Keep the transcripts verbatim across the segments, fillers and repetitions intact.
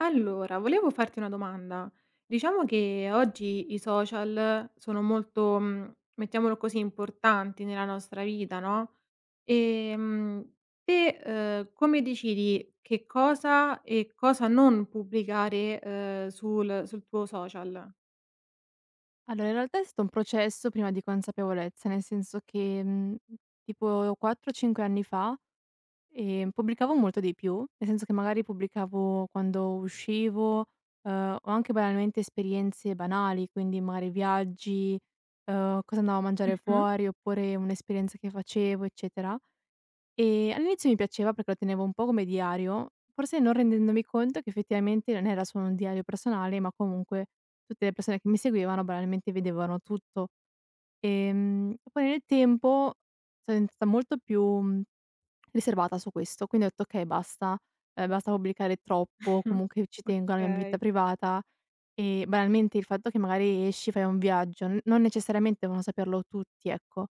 Allora, volevo farti una domanda. Diciamo che oggi i social sono molto, mhmm, mettiamolo così, importanti nella nostra vita, no, ehm, te, uhm, come decidi che cosa e cosa non pubblicare, uhm, sul sul tuo social? Allora, in realtà è stato un processo prima di consapevolezza, nel senso che, mhmm, tipo quattro, cinque anni fa, ehm, pubblicavo molto di più, nel senso che magari pubblicavo quando uscivo, uhm, o anche banalmente esperienze banali, quindi magari viaggi, uhm, cosa andavo a mangiare Mh-mh. fuori, oppure un'esperienza che facevo, eccetera. Ehm, all'inizio mi piaceva perché lo tenevo un po' come diario, forse non rendendomi conto che effettivamente non era solo un diario personale, ma comunque tutte le persone che mi seguivano banalmente vedevano tutto. Ehm, poi nel tempo sono diventata molto più, mhmm, riservata su questo, quindi ho detto: "Okay basta, ehm, basta pubblicare troppo, Mh. comunque ci tengo alla mia Okay. vita privata". E banalmente il fatto che magari esci, fai un viaggio, n non necessariamente devono saperlo tutti, ecco.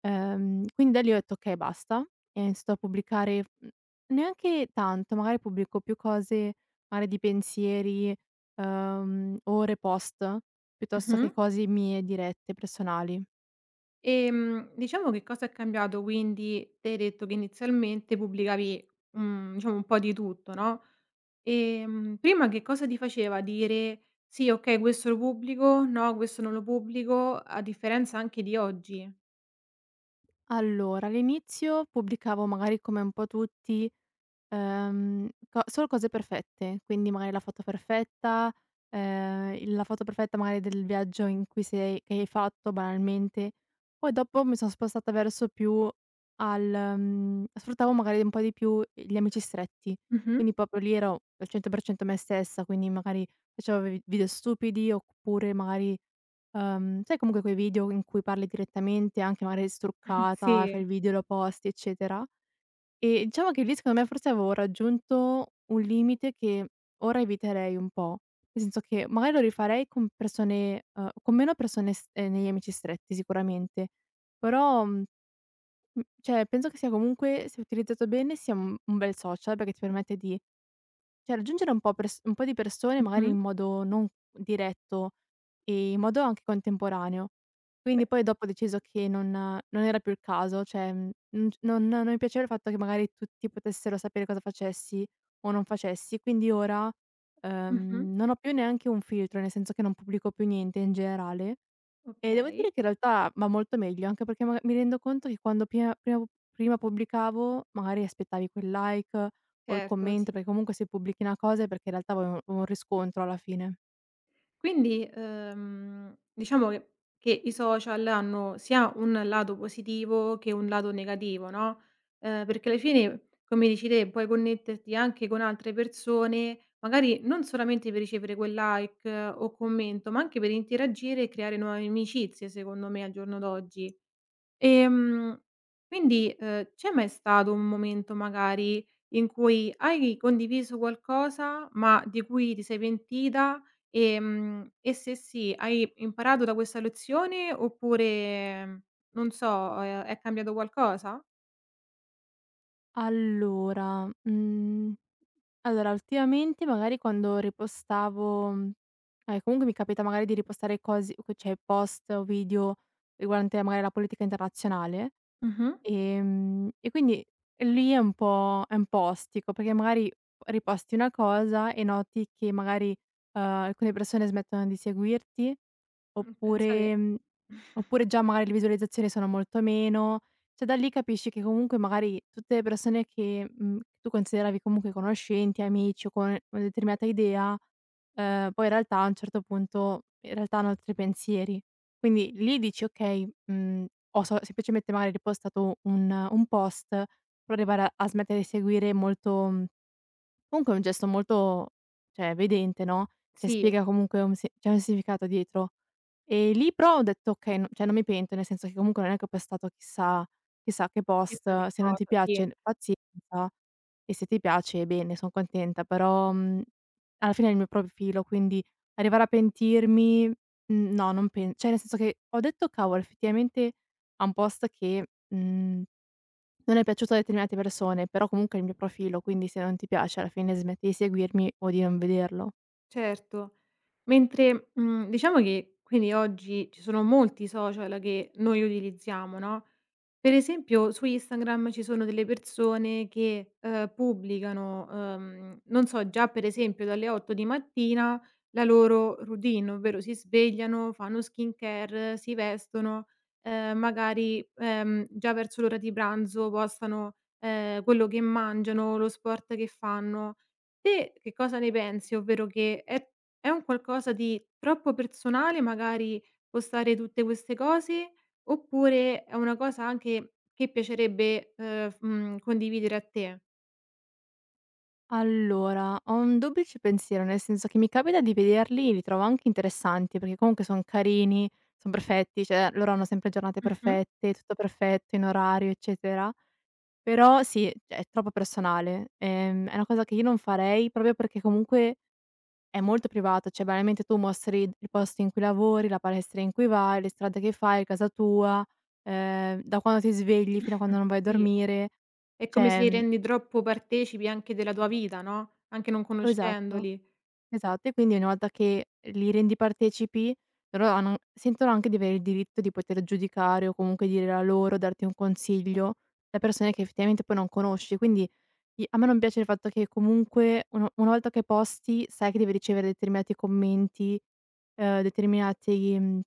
Ehm, quindi da lì ho detto: "Okay, basta." E ho iniziato a pubblicare, mhmm, neanche tanto, magari pubblico più cose, magari di pensieri, uhm, ore post, piuttosto Mh-mh. che cose mie dirette, personali. Ehm, diciamo, che cosa è cambiato quindi? Te hai detto che inizialmente pubblicavi, mhmm, diciamo un po' di tutto, no. Ehm, prima che cosa ti faceva dire: "Sì, okay, questo lo pubblico, no, questo non lo pubblico", a differenza anche di oggi. Allora, all'inizio pubblicavo magari come un po' tutti. Ehm, co Solo cose perfette, quindi magari la foto perfetta, ehm, il la foto perfetta magari del viaggio in cui sei che hai fatto banalmente. Poi dopo mi sono spostata verso più al mhmm, sfruttavo magari un po' di più gli amici stretti, Mh-mh. quindi proprio lì ero al cento per cento me stessa, quindi magari facevo vi video stupidi oppure magari, ehm, sai comunque quei video in cui parli direttamente, anche magari struccata, fai Sì. il video, lo posti, eccetera? E diciamo che lì secondo me forse avevo raggiunto un limite che ora eviterei un po', nel senso che magari lo rifarei con persone uhm, con meno persone s ehm, negli amici stretti sicuramente, però, mhmm, mhmm, cioè penso che sia comunque, se utilizzato bene, sia un un bel social perché ti permette di cioè raggiungere un po' pers un po' di persone magari Mh-mh. in modo non diretto e in modo anche contemporaneo. Beh, Quindi poi dopo ho deciso che non non era più il caso, cioè, mhmm, non c non non mi piaceva il fatto che magari tutti potessero sapere cosa facessi o non facessi, quindi ora, mh-mh. ehm, non ho più neanche un filtro, nel senso che non pubblico più niente in generale e devo Okay. dire che in realtà va molto meglio, anche perché maga mi rendo conto che quando pia prima prima pubblicavo magari aspettavi quel like o il Certo, sì. commento, perché comunque se pubblichi una cosa è perché in realtà vuoi un vuoi un riscontro alla fine. Quindi, uhm, diciamo che che i social hanno sia un lato positivo che un lato negativo, no, ehm, perché alla fine, come dici te, puoi connetterti anche con altre persone, magari non solamente per ricevere quel like, eh, o commento, ma anche per interagire e creare nuove amicizie, secondo me, al giorno d'oggi. Ehm, quindi, uhm, c'è mai stato un momento magari in cui hai condiviso qualcosa, ma di cui ti sei pentita? Ehm, e se sì, hai imparato da questa lezione oppure, mm, non so, ehm, è cambiato qualcosa? Allora, mhmm, allora ultimamente magari quando ripostavo, mhmm, eh, comunque mi capita magari di ripostare cosi co cioè post o video riguardante magari la politica internazionale. Mh-mh. Ehm, e quindi lì è un po' è un po' ostico, perché magari riposti una cosa e noti che magari, uhm, alcune persone smettono di seguirti, Mh, pensa te. oppure mhmm, oppure già magari le visualizzazioni sono molto meno. Cioè da lì capisci che comunque magari tutte le persone che, mhmm, tu consideravi comunque conoscenti, amici o con una determinata idea, uhm, poi in realtà a un certo punto in realtà hanno altri pensieri. Quindi lì dici: "Okay, Mhmm, ho so semplicemente magari ripostato un un post, però arrivare a smettere di seguire molto, mhmm, comunque è un gesto molto, cioè, evidente, no, cioè, Sì, spiega comunque un si c'è un significato dietro". E lì però ho detto: "Okay, no cioè non mi pento, nel senso che comunque non è che ho postato chissà chissà che chissà post, che se non ti cosa, sì. piace pazienza e se ti piace bene, son contenta". Però, mhmm, alla fine è il mio profilo, quindi arrivare a pentirmi, mhmm, no, non pen cioè nel senso che ho detto: "Cavolo, effettivamente ha un post che, mhmm, non è piaciuto a determinate persone, però comunque è il mio profilo, quindi se non ti piace alla fine smetti di seguirmi o di non vederlo". Certo. Mentre, mhmm, diciamo che quindi oggi ci sono molti social che noi utilizziamo, no. Per esempio su Instagram ci sono delle persone che, ehm, pubblicano, ehm, non so, già per esempio dalle otto di mattina la loro routine, ovvero si svegliano, fanno skincare, si vestono, ehm, magari, ehm, già verso l'ora di pranzo postano, ehm, quello che mangiano, lo sport che fanno. Te che cosa ne pensi? Ovvero, che è è un qualcosa di troppo personale magari postare tutte queste cose, oppure è una cosa anche che piacerebbe, ehm, f mhmm, condividere a te? Allora, ho un duplice pensiero, nel senso che mi capita di vederli, li trovo anche interessanti, perché comunque son carini, son perfetti, cioè loro hanno sempre giornate Mh-mh. perfette, tutto perfetto, in orario, eccetera. Però sì, cioè, è troppo personale. Ehm, è una cosa che io non farei proprio perché comunque è molto privato, cioè banalmente tu mostri il posto in cui lavori, la palestra in cui vai, le strade che fai, casa tua, ehm, da quando ti svegli fino a quando non vai a Sì, dormire. è come se Cioè, li mhmm rendi troppo partecipi anche della tua vita, no, anche non esatto. conoscendoli. Esatto, e quindi una volta che li rendi partecipi, loro hanno sentono anche di avere il diritto di poter giudicare o comunque dire la loro, darti un consiglio, da persone che effettivamente poi non conosci. Quindi i a me non piace il fatto che comunque uno una volta che posti sai che devi ricevere determinati commenti, ehm, determinati, mhmm,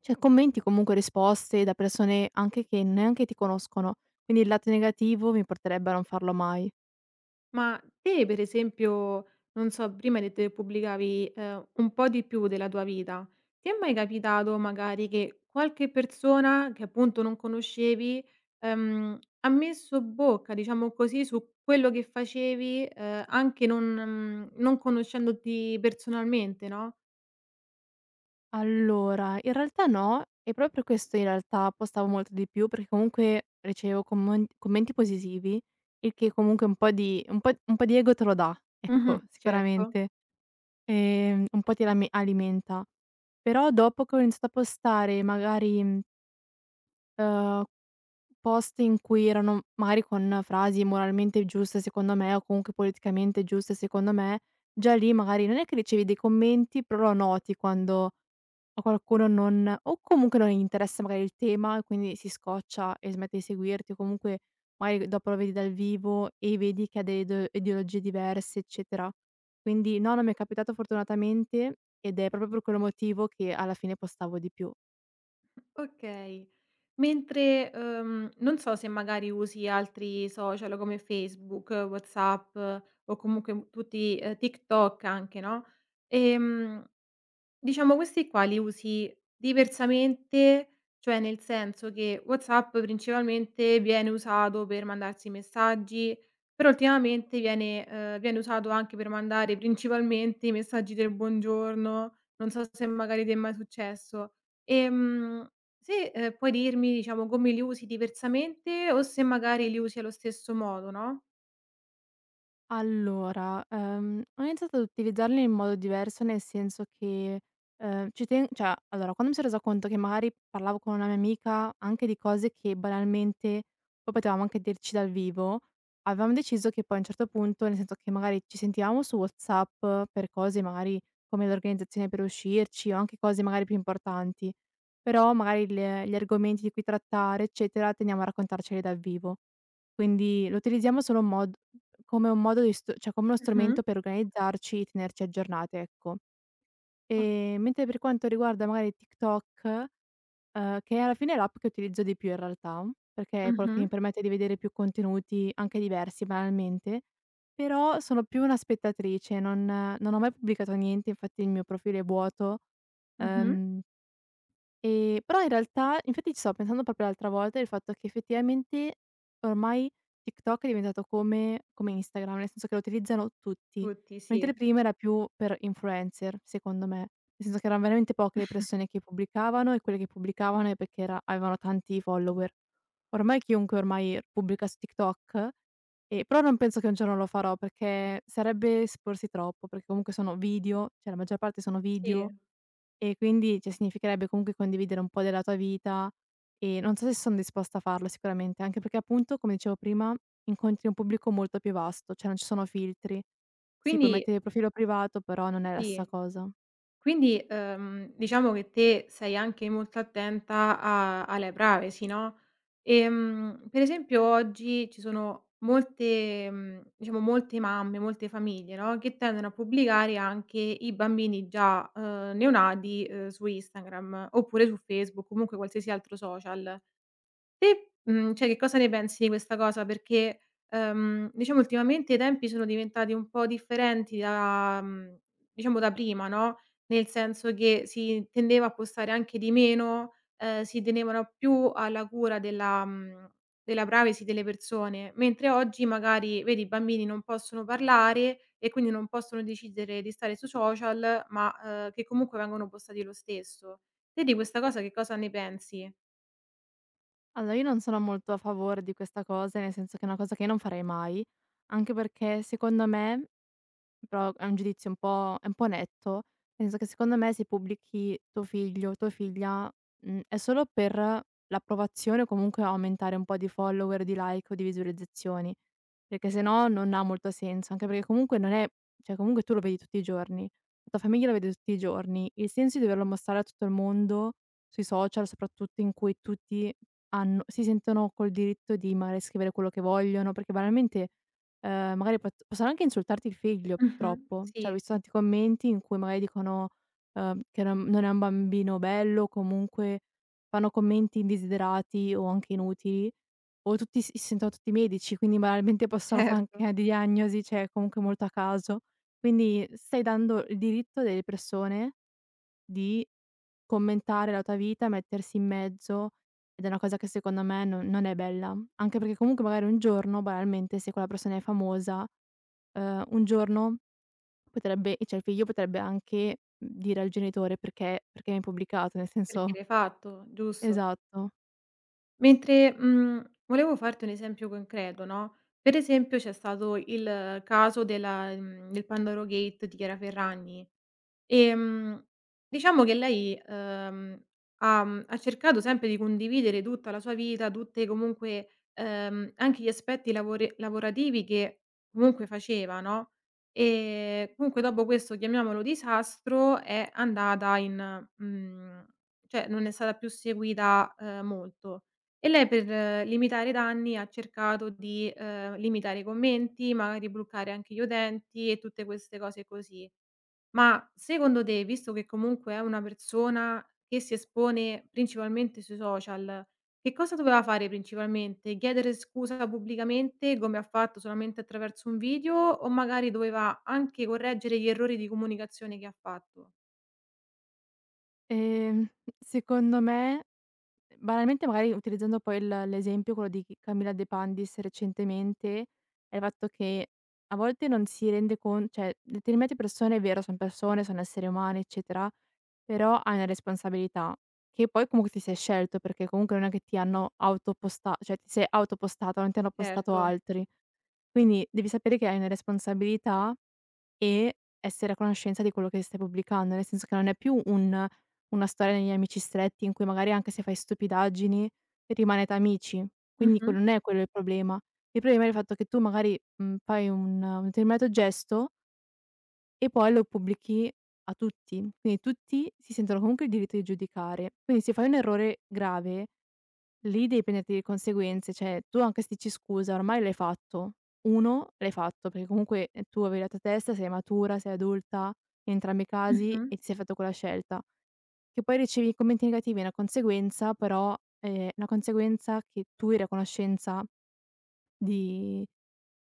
cioè commenti, comunque risposte da persone anche che neanche ti conoscono. Quindi il lato negativo mi porterebbe a non farlo mai. Ma te per esempio, non so, prima hai detto che pubblicavi, ehm, un po' di più della tua vita. Ti è mai capitato magari che qualche persona che appunto non conoscevi, ehm, ha messo bocca, diciamo così, su quello che facevi, ehm, anche non mhmm, non conoscendoti personalmente, no? Allora, in realtà no, e proprio per questo in realtà postavo molto di più, perché comunque ricevevo commen commenti positivi, il che comunque un po' di un po' un po' di ego te lo dà, Mh-mh. ecco, Certo. sicuramente. Ehm, un po' ti lame alimenta. Però dopo che ho iniziato a postare magari, mhmm, uhm, post in cui erano magari con frasi moralmente giuste secondo me, o comunque politicamente giuste secondo me, già lì magari non è che ricevi dei commenti, però lo noti quando a qualcuno non o comunque non gli interessa magari il tema e quindi si scoccia e smette di seguirti o comunque magari dopo lo vedi dal vivo e vedi che ha delle ideo ideologie diverse, eccetera. Quindi no, non mi è capitato fortunatamente ed è proprio per quello motivo che alla fine postavo di più. Okay. Mentre, uhm, non so se magari usi altri social come Facebook, WhatsApp o comunque tutti, ehm, TikTok anche, no. Ehm Diciamo questi qua li usi diversamente, cioè nel senso che WhatsApp principalmente viene usato per mandarsi messaggi, però ultimamente viene ehm, viene usato anche per mandare principalmente i messaggi del buongiorno, non so se magari ti è mai successo. Ehm, se, ehm, puoi dirmi, diciamo, come li usi diversamente o se magari li usi allo stesso modo, no. Allora, ehm, ho iniziato ad utilizzarli in modo diverso, nel senso che, ehm, ci ten cioè, allora, quando mi sono resa conto che magari parlavo con una mia amica anche di cose che banalmente poi potevamo anche dirci dal vivo, avevamo deciso che poi a un certo punto, nel senso che magari ci sentivamo su WhatsApp per cose magari come l'organizzazione per uscirci o anche cose magari più importanti, però magari le gli argomenti di cui trattare, eccetera, tendiamo a raccontarceli dal vivo. Quindi lo utilizziamo solo un mod come un modo di st cioè come uno Mh-mh. strumento per organizzarci e tenerci aggiornate, ecco. O Ehm, mentre per quanto riguarda magari TikTok, uhm, che alla fine è l'app che utilizzo di più in realtà, perché è quella che mh-mh, mi permette di vedere più contenuti, anche diversi banalmente, però sono più una spettatrice, non non ho mai pubblicato niente, infatti il mio profilo è vuoto. mh-mh. Uhm Ehm, però in realtà infatti ci stavo pensando proprio l'altra volta, del fatto che effettivamente ormai TikTok è diventato come come Instagram, nel senso che lo utilizzano tutti, Tutti, sì. mentre prima era più per influencer, secondo me. Nel senso che eran veramente poche le persone che pubblicavano e quelle che pubblicavano è perché era avevano tanti follower. Ormai Chiunque ormai pubblica su TikTok, e però non penso che un giorno lo farò, perché sarebbe esporsi troppo, perché comunque sono video, cioè la maggior parte sono Sì. video e quindi, cioè, significherebbe comunque condividere un po' della tua vita e non so se sono disposta a farlo sicuramente, anche perché appunto, come dicevo prima, incontri un pubblico molto più vasto, cioè non ci sono filtri. Sì, puoi Quindi mettere il profilo privato, però non è la sì. stessa cosa. Quindi, uhm, diciamo che te sei anche molto attenta a alla privacy, no, ehm, per esempio oggi ci sono molte mhmm, diciamo molte mamme, molte famiglie, no, che tendono a pubblicare anche i bambini già, uhm, neonati, uhm, su Instagram oppure su Facebook, comunque qualsiasi altro social. Te, mhmm, cioè che cosa ne pensi di questa cosa? Perché, ehm, diciamo ultimamente i tempi sono diventati un po' differenti da, mhmm, diciamo, da prima, no, nel senso che si tendeva a postare anche di meno, ehm, si tenevano più alla cura della, mhmm, della privacy delle persone, mentre oggi magari, vedi, i bambini non possono parlare e quindi non possono decidere di stare su social, ma, ehm, che comunque vengono postati lo stesso. Te di questa cosa che cosa ne pensi? Allora, io non sono molto a favore di questa cosa, nel senso che è una cosa che io non farei mai, anche perché secondo me. Però è un giudizio un po' è un po' netto, nel senso che secondo me se pubblichi tuo figlio, o tua figlia, mhmm, è solo per l'approvazione o comunque aumentare un po' di follower, di like o di visualizzazioni, perché se no non ha molto senso, anche perché comunque non è cioè comunque tu lo vedi tutti i giorni, la tua famiglia lo vede tutti i giorni. Il senso di doverlo mostrare a tutto il mondo, sui social soprattutto, in cui tutti hanno si sentono col diritto di magari scrivere quello che vogliono, perché banalmente. Ehm, magari pot possono anche insultarti il figlio Mh-mh. purtroppo. Cioè, ho Sì. visto tanti commenti in cui magari dicono, ehm, che non non è un bambino bello, comunque fanno commenti indesiderati o anche inutili, o tutti si si sentono tutti medici, quindi banalmente possono fa Certo, anche una diagnosi, cioè comunque molto a caso. Quindi stai dando il diritto delle persone di commentare la tua vita, mettersi in mezzo ed è una cosa che secondo me non non è bella. Anche perché comunque magari un giorno, banalmente, se quella persona è famosa, ehm, un giorno potrebbe cioè il figlio potrebbe anche dire al genitore: "Perché perché mi hai pubblicato?" Nel perché senso l'hai fatto, giusto. esatto. Mentre, mhmm, volevo farti un esempio concreto, no, per esempio c'è stato il caso della, mhmm, del Pandoro Gate di Chiara Ferragni. Ehm, diciamo che lei, uhm, ha mhmm, ha cercato sempre di condividere tutta la sua vita, tutte comunque, ehm, anche gli aspetti lavore lavorativi che comunque faceva, no. Ehm, comunque dopo questo, chiamiamolo disastro, è andata in, mhmm, cioè non è stata più seguita, ehm, molto. E lei per, eh, limitare i danni ha cercato di, ehm, limitare i commenti, magari bloccare anche gli utenti e tutte queste cose così. Ma secondo te, visto che comunque è una persona che si espone principalmente sui social, che cosa doveva fare principalmente? Chiedere scusa pubblicamente come ha fatto solamente attraverso un video o magari doveva anche correggere gli errori di comunicazione che ha fatto? Ehm, Secondo me, banalmente magari utilizzando poi il l'esempio quello di Camilla De Pandis recentemente, è il fatto che a volte non si rende con cioè determinate persone è vero, son persone, sono esseri umani, eccetera, però hai una responsabilità che poi comunque ti sei scelto, perché comunque non è che ti hanno autoposta cioè ti sei autopostata, non ti hanno postato Certo. altri. Quindi devi sapere che hai una responsabilità e essere a conoscenza di quello che stai pubblicando, nel senso che non è più un una storia negli amici stretti in cui magari anche se fai stupidaggini rimanete amici. Quindi Mh-mh, quello non è quello il problema. Il problema è il fatto che tu magari, mhmm, fai un un determinato gesto e poi lo pubblichi a tutti. Quindi tutti si sentono comunque il diritto di giudicare. Quindi se fai un errore grave, lì devi prenderti le conseguenze, cioè tu anche se dici: "Scusa, ormai l'hai fatto." uno l'hai fatto perché comunque, ehm, tu avevi la tua testa, sei matura, sei adulta in entrambi i casi mh-mh. e ti sei fatta quella scelta. Che poi ricevi commenti negativi è una conseguenza, però è una conseguenza che tu eri a conoscenza di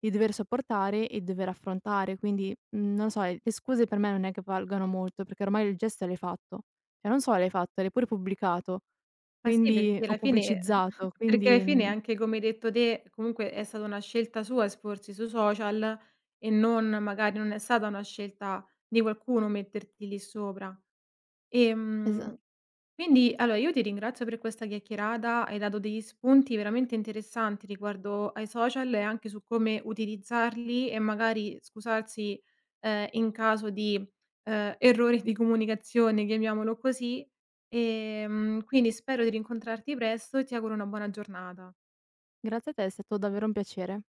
di dover sopportare e dover affrontare, quindi, mhmm, non lo so, le scuse per me non è che valgano molto, perché ormai il gesto l'hai fatto. Cioè non solo l'hai fatto, l'hai pure pubblicato, Ma sì, quindi perché o alla fine pubblicizzato, perché alla quindi, fine, mhmm anche come hai detto te, comunque è stata una scelta sua esporsi sui social e non, magari non è stata una scelta di qualcuno metterti lì sopra. Esa Ehm, quindi allora io ti ringrazio per questa chiacchierata, hai dato degli spunti veramente interessanti riguardo ai social e anche su come utilizzarli e magari scusarsi, ehm, in caso di, ehm, errori di comunicazione, chiamiamolo così. Ehm, quindi spero di rincontrarti presto e ti auguro una buona giornata. grazie a te, è stato davvero un piacere.